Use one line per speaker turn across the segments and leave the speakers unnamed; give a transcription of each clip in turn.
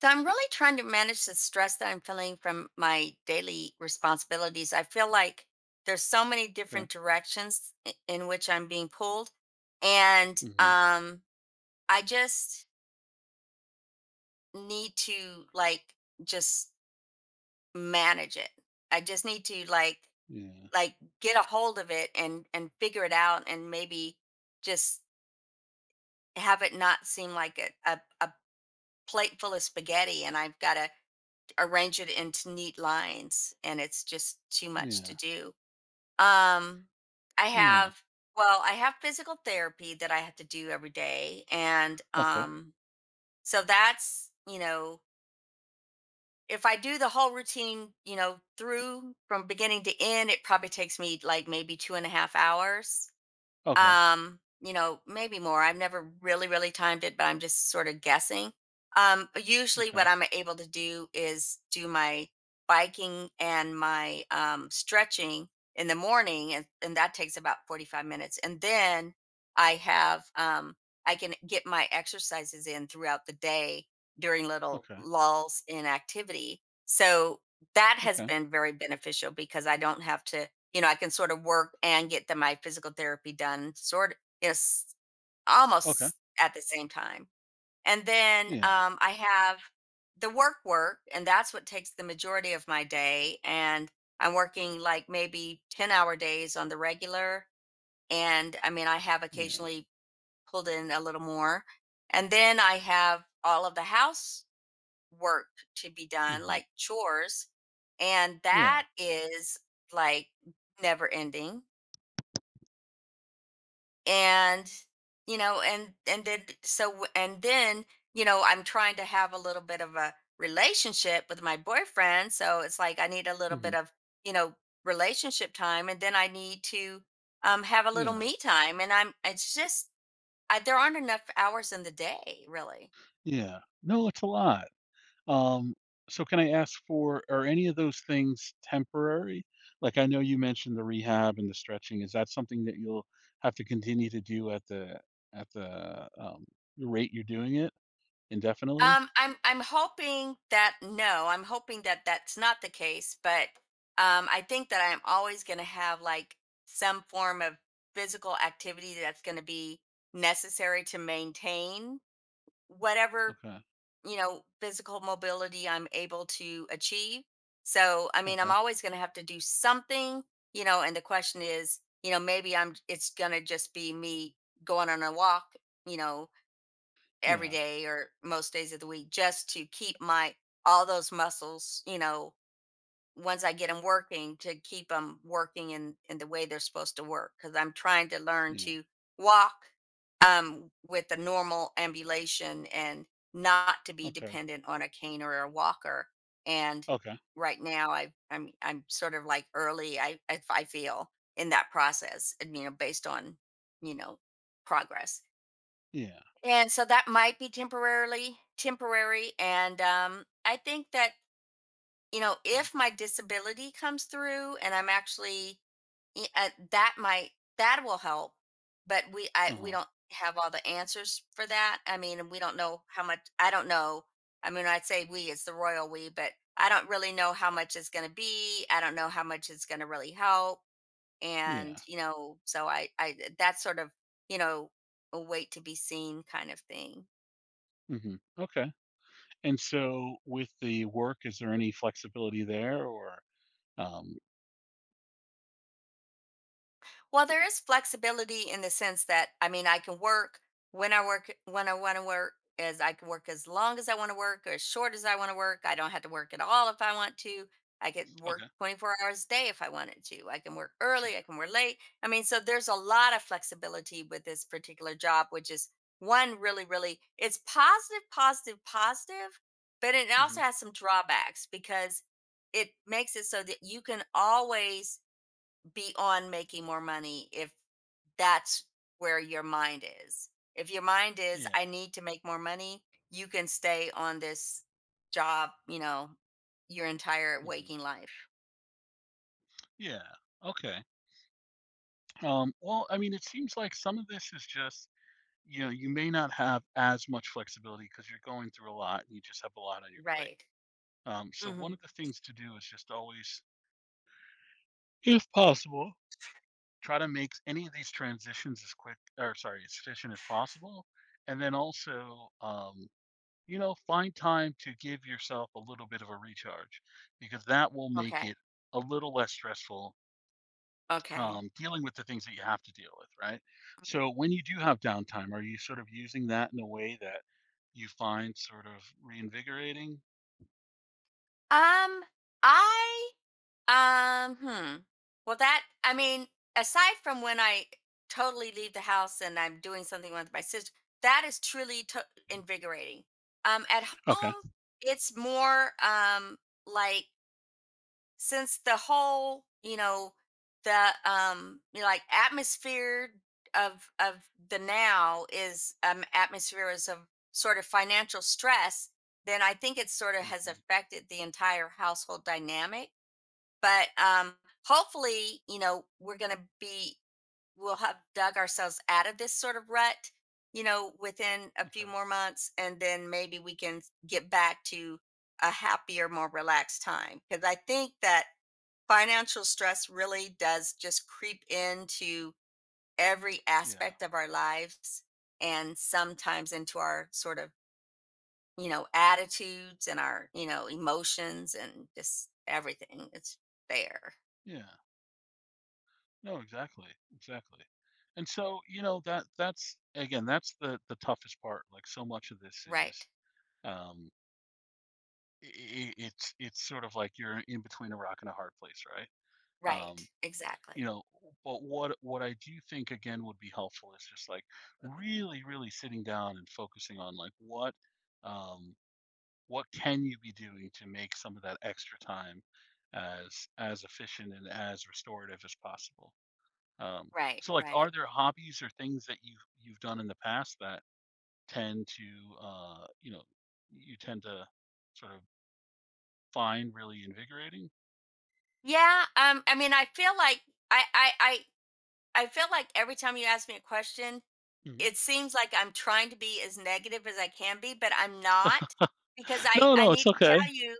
So I'm really trying to manage the stress that I'm feeling from my daily responsibilities. I feel like there's so many
Okay.
different directions in which I'm being pulled and
Mhm.
I just need to like just manage it. I just need to like
Yeah.
like get a hold of it and figure it out and maybe just have it not seem like a plate full of spaghetti and I've got to arrange it into neat lines and it's just too much
Yeah.
to do. Um I
Yeah.
have well, I have physical therapy that I have to do every day and
Okay.
so that's, you know, if I do the whole routine, you know, through from beginning to end, it probably takes me like maybe 2.5 hours.
Okay.
You know, maybe more. I've never really timed it, but I'm just sort of guessing. But usually
Okay.
what I'm able to do is do my biking and my stretching in the morning, and that takes about 45 minutes. And then I have I can get my exercises in throughout the day during little
Okay.
lulls in activity, so that has
Okay.
been very beneficial because I don't have to, you know, I can sort of work and get the my physical therapy done sort yes,
Okay.
almost at the same time. And then,
Yeah.
I have the work work, and that's what takes the majority of my day, and I'm working, like, maybe ten-hour days on the regular, and, I mean, I have
Yeah.
occasionally pulled in a little more. And then I have all of the house work to be done,
Mhm.
like chores, and
Yeah.
that is, like, never ending. And and then so and then I'm trying to have a little bit of a relationship with my boyfriend, so it's like I need a little bit
Mhm.
of, you know, relationship time, and then I need to have a little
Yeah.
me time and I'm it's just I, there aren't enough hours in the day really.
Yeah. No, it's a lot. Um, so can I ask for are any of those things temporary? Like I know you mentioned the rehab and the stretching. Is that something that you'll have to continue to do at the rate you're doing it indefinitely?
I'm hoping that no, I'm hoping that that's not the case, but I think that I'm always going to have like some form of physical activity that's going to be necessary to maintain whatever,
Okay.
you know, physical mobility I'm able to achieve. So, I mean, I'm
Okay.
always going to have to do something, you know. And the question is, you know, maybe I'm it's going to just be me going on a walk, you know, every
Yeah.
day or most days of the week, just to keep my all those muscles, you know, once I get them working, to keep them working in the way they're supposed to work, cuz I'm trying to learn
Yeah.
to walk with a normal ambulation and not to be
Okay.
dependent on a cane or a walker. And
Okay.
right now I'm sort of like early I if I feel in that process, and, you know, based on, you know, progress.
Yeah.
And so that might be temporarily temporary. And I think that, you know,
Mm-hmm.
if my disability comes through and I'm actually that might that will help. But we
Uh-huh.
don't have all the answers for that. I mean, and we don't know how much I don't know. I mean, I'd say we it's the royal we, but I don't really know how much it's going to be. I don't know how much it's going to really help. And,
Yeah.
you know, so I that's sort of, you know, a wait to be seen kind of thing.
Okay. And so with the work, is there any flexibility there or um
Well, there is flexibility in the sense that, I mean, I can work when I want to work, as I can work as long as I want to work or as short as I want to work. I don't have to work at all if I want to. I could work
okay,
24 hours a day if I wanted to. I can work
sure.
early, I can work late. I mean, so there's a lot of flexibility with this particular job, which is one really, really it's positive, positive, positive, but it
hmm
also has some drawbacks, because it makes it so that you can always beyond making more money if that's where your mind is. If your mind is,
Yeah.
I need to make more money, you can stay on this job, you know, your entire
hmm
waking life.
Yeah. Okay. Well, I mean, it seems like some of this is just, you know, you may not have as much flexibility because you're going through a lot and you just have a lot on your plate.
Right.
So
Hmm.
one of the things to do is just always, if possible, try to make any of these transitions as quick or, sorry, as efficient as possible. And then also, you know, find time to give yourself a little bit of a recharge, because that will make
Okay.
it a little less stressful
Okay.
dealing with the things that you have to deal with, right? So when you do have downtime, are you sort of using that in a way that you find sort of reinvigorating?
Um, I Um, hmm. Well, that, I mean, aside from when I totally leave the house and I'm doing something with my sister, that is truly invigorating. At
Okay.
home, it's more like since the whole, you know, the you know, like atmosphere of the now is atmosphere is of sort of financial stress, then I think it sort of has
hmm
affected the entire household dynamic. But hopefully, you know, we're going to be we'll have dug ourselves out of this sort of rut, you know, within a few
Okay.
more months, and then maybe we can get back to a happier, more relaxed time, because I think that financial stress really does just creep into every
Yeah.
aspect of our lives, and sometimes into our sort of, you know, attitudes and our, you know, emotions and just everything. It's there.
Yeah. No, exactly. Exactly. And so, you know, that's again, that's the toughest part. Like, so much of this
Right.
is um it's, sort of like you're in between a rock and a hard place, right? Um,
Right.
you
Exactly.
know, but what I do think again would be helpful is just like really, really sitting down and focusing on like um, what can you be doing to make some of that extra time as efficient and as restorative as possible. Um,
Right.
so, like,
Right.
are there hobbies or things that you've done in the past that tend to you know, you tend to sort of find really invigorating?
Yeah. I mean, I feel like I, I, I, I feel like every time you ask me a question,
Mhm.
it seems like I'm trying to be as negative as I can be, but I'm not, because
No,
I
no, it's
need to
okay.
tell you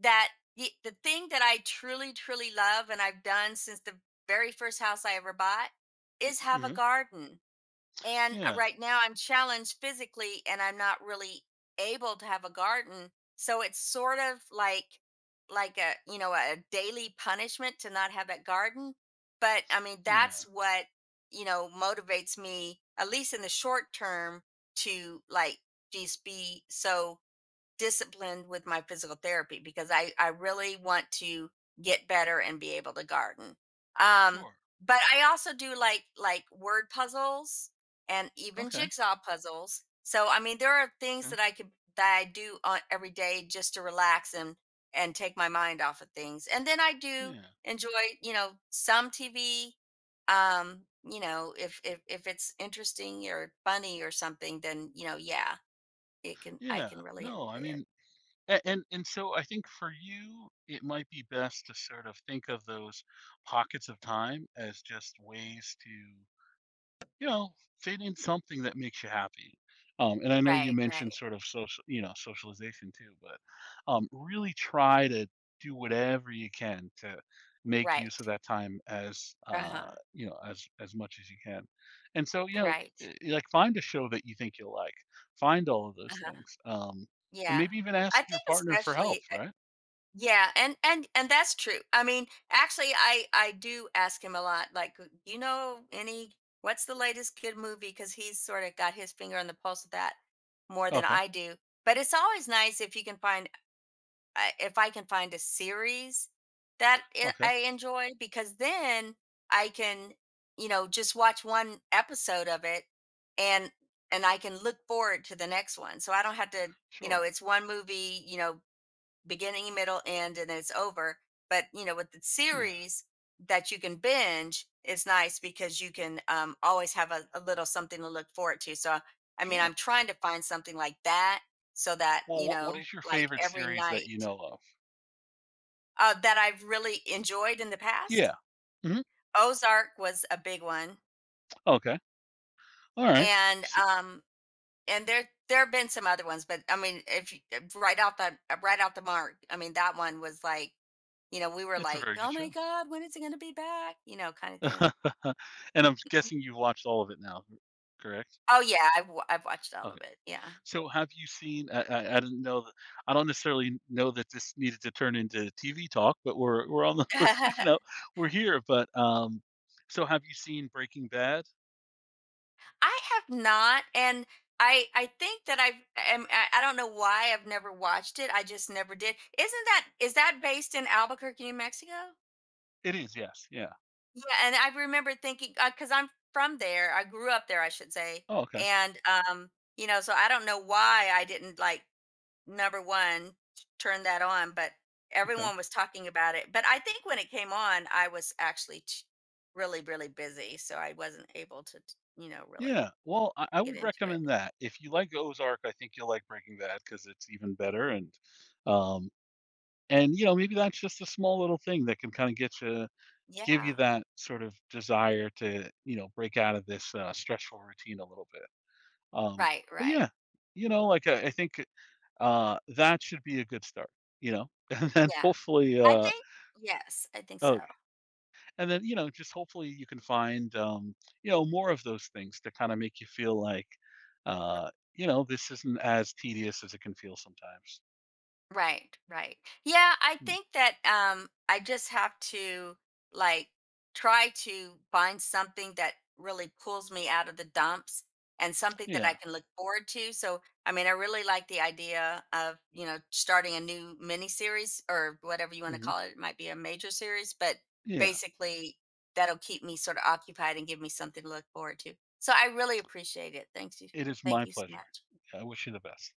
that the thing that I truly, truly love and I've done since the very first house I ever bought is have a
Mhm.
garden. And
Yeah,
right now I'm challenged physically and I'm not really able to have a garden. So it's sort of like a, you know, a daily punishment to not have that garden. But I mean, that's
yeah,
what, you know, motivates me, at least in the short term, to like just be so disciplined with my physical therapy, because I really want to get better and be able to garden. Um,
sure.
but I also do like word puzzles and even
Okay.
jigsaw puzzles. So I mean, there are things
Yeah.
that I could that I do on every day just to relax and take my mind off of things. And then I do
Yeah,
enjoy, you know, some TV. You know, if if it's interesting or funny or something, then you know, yeah, it can I
yeah.
can really
No, I
enjoy it.
mean, a and so I think for you, it might be best to sort of think of those pockets of time as just ways to, you know, fit in something that makes you happy. And I know you
Right,
mentioned
right,
sort of social, you know, socialization too, but really try to do whatever you can to make use of
right.
that time as,
Uh-huh.
you know, as much as you can. And so, you know,
Right.
like, find a show that you think you'll like. Find all of those
Uh-huh.
things, and
Yeah.
maybe even
I
ask your
think
partner for help.
especially
Right?
yeah, and and that's true. I mean, actually I do ask him a lot like, "Do you know any what's the latest good movie?" Because he's sort of got his finger on the pulse of that more than
Okay.
I do. But it's always nice if you can find if I can find a series that
Okay.
I enjoy, because then I can, you know, just watch one episode of it, and I can look forward to the next one. So I don't have to, you know,
Sure.
it's one movie, you know, beginning, middle, end, and then it's over. But you know, with the
Yeah.
series that you can binge, it's nice because you can always have a little something to look forward to. So I mean,
Sure.
I'm trying to find something like that, so that
Well,
you
what
know,
is your
like,
favorite
every
series that you
night
know of?
that I've really enjoyed in the past.
Yeah. hmm
Ozark was a big one,
Okay. All right.
and
So
um, and there have been some other ones, but I mean, if you, right out the mark, I mean that one was like, you know, we were
it's a
like,
very good
oh my
show.
god, when is it going to be back? You know, kind of thing.
And I'm guessing you've watched all of it now, correct?
Oh yeah, I've watched all
Okay.
of it. Yeah,
So have you seen I didn't know that I don't necessarily know that this needed to turn into TV talk, but we're on the, you know, we're here, but, so have you seen Breaking Bad?
I have not, and I think that I don't know why I've never watched it. I just never did. Isn't that is that based in Albuquerque, New Mexico?
It is, yes, yeah.
Yeah, and I remember thinking because 'cause I'm from there, I grew up there, I should say,
Oh, okay,
and, you know, so I don't know why I didn't, like, number 1, t turn that on, but
okay.
everyone was talking about it, but I think when it came on, I was actually ch really, really busy, so I wasn't able to t you know, really
Yeah, well, I
get
would
into it.
recommend that. If you like Ozark, I think you'll like Breaking Bad because it's even better. And, um and, you know, maybe that's just a small little thing that can kinda get you give you
Yeah.
that sort of desire to, you know, break out of this, stressful routine a little bit. Um,
Right,
but
right.
yeah, you know, like, I think, that should be a good start, you know? And then
Yeah.
hopefully,
I think yes, I think so.
oh, and then, you know, just hopefully you can find, you know, more of those things to kind of make you feel like, uh, you know, this isn't as tedious as it can feel sometimes.
Right, right. Yeah, I
Mm.
think that I just have to like try to find something that really pulls me out of the dumps and something that I
Yeah.
can look forward to. So, I mean, I really like the idea of, you know, starting a new mini series or whatever you want to
hmm
call it. It might be a major series, but
Yeah.
basically that'll keep me sort of occupied and give me something to look forward to. So, I really appreciate it. Thanks you.
It is
Thank
my
you so
pleasure.
much.
I wish you the best.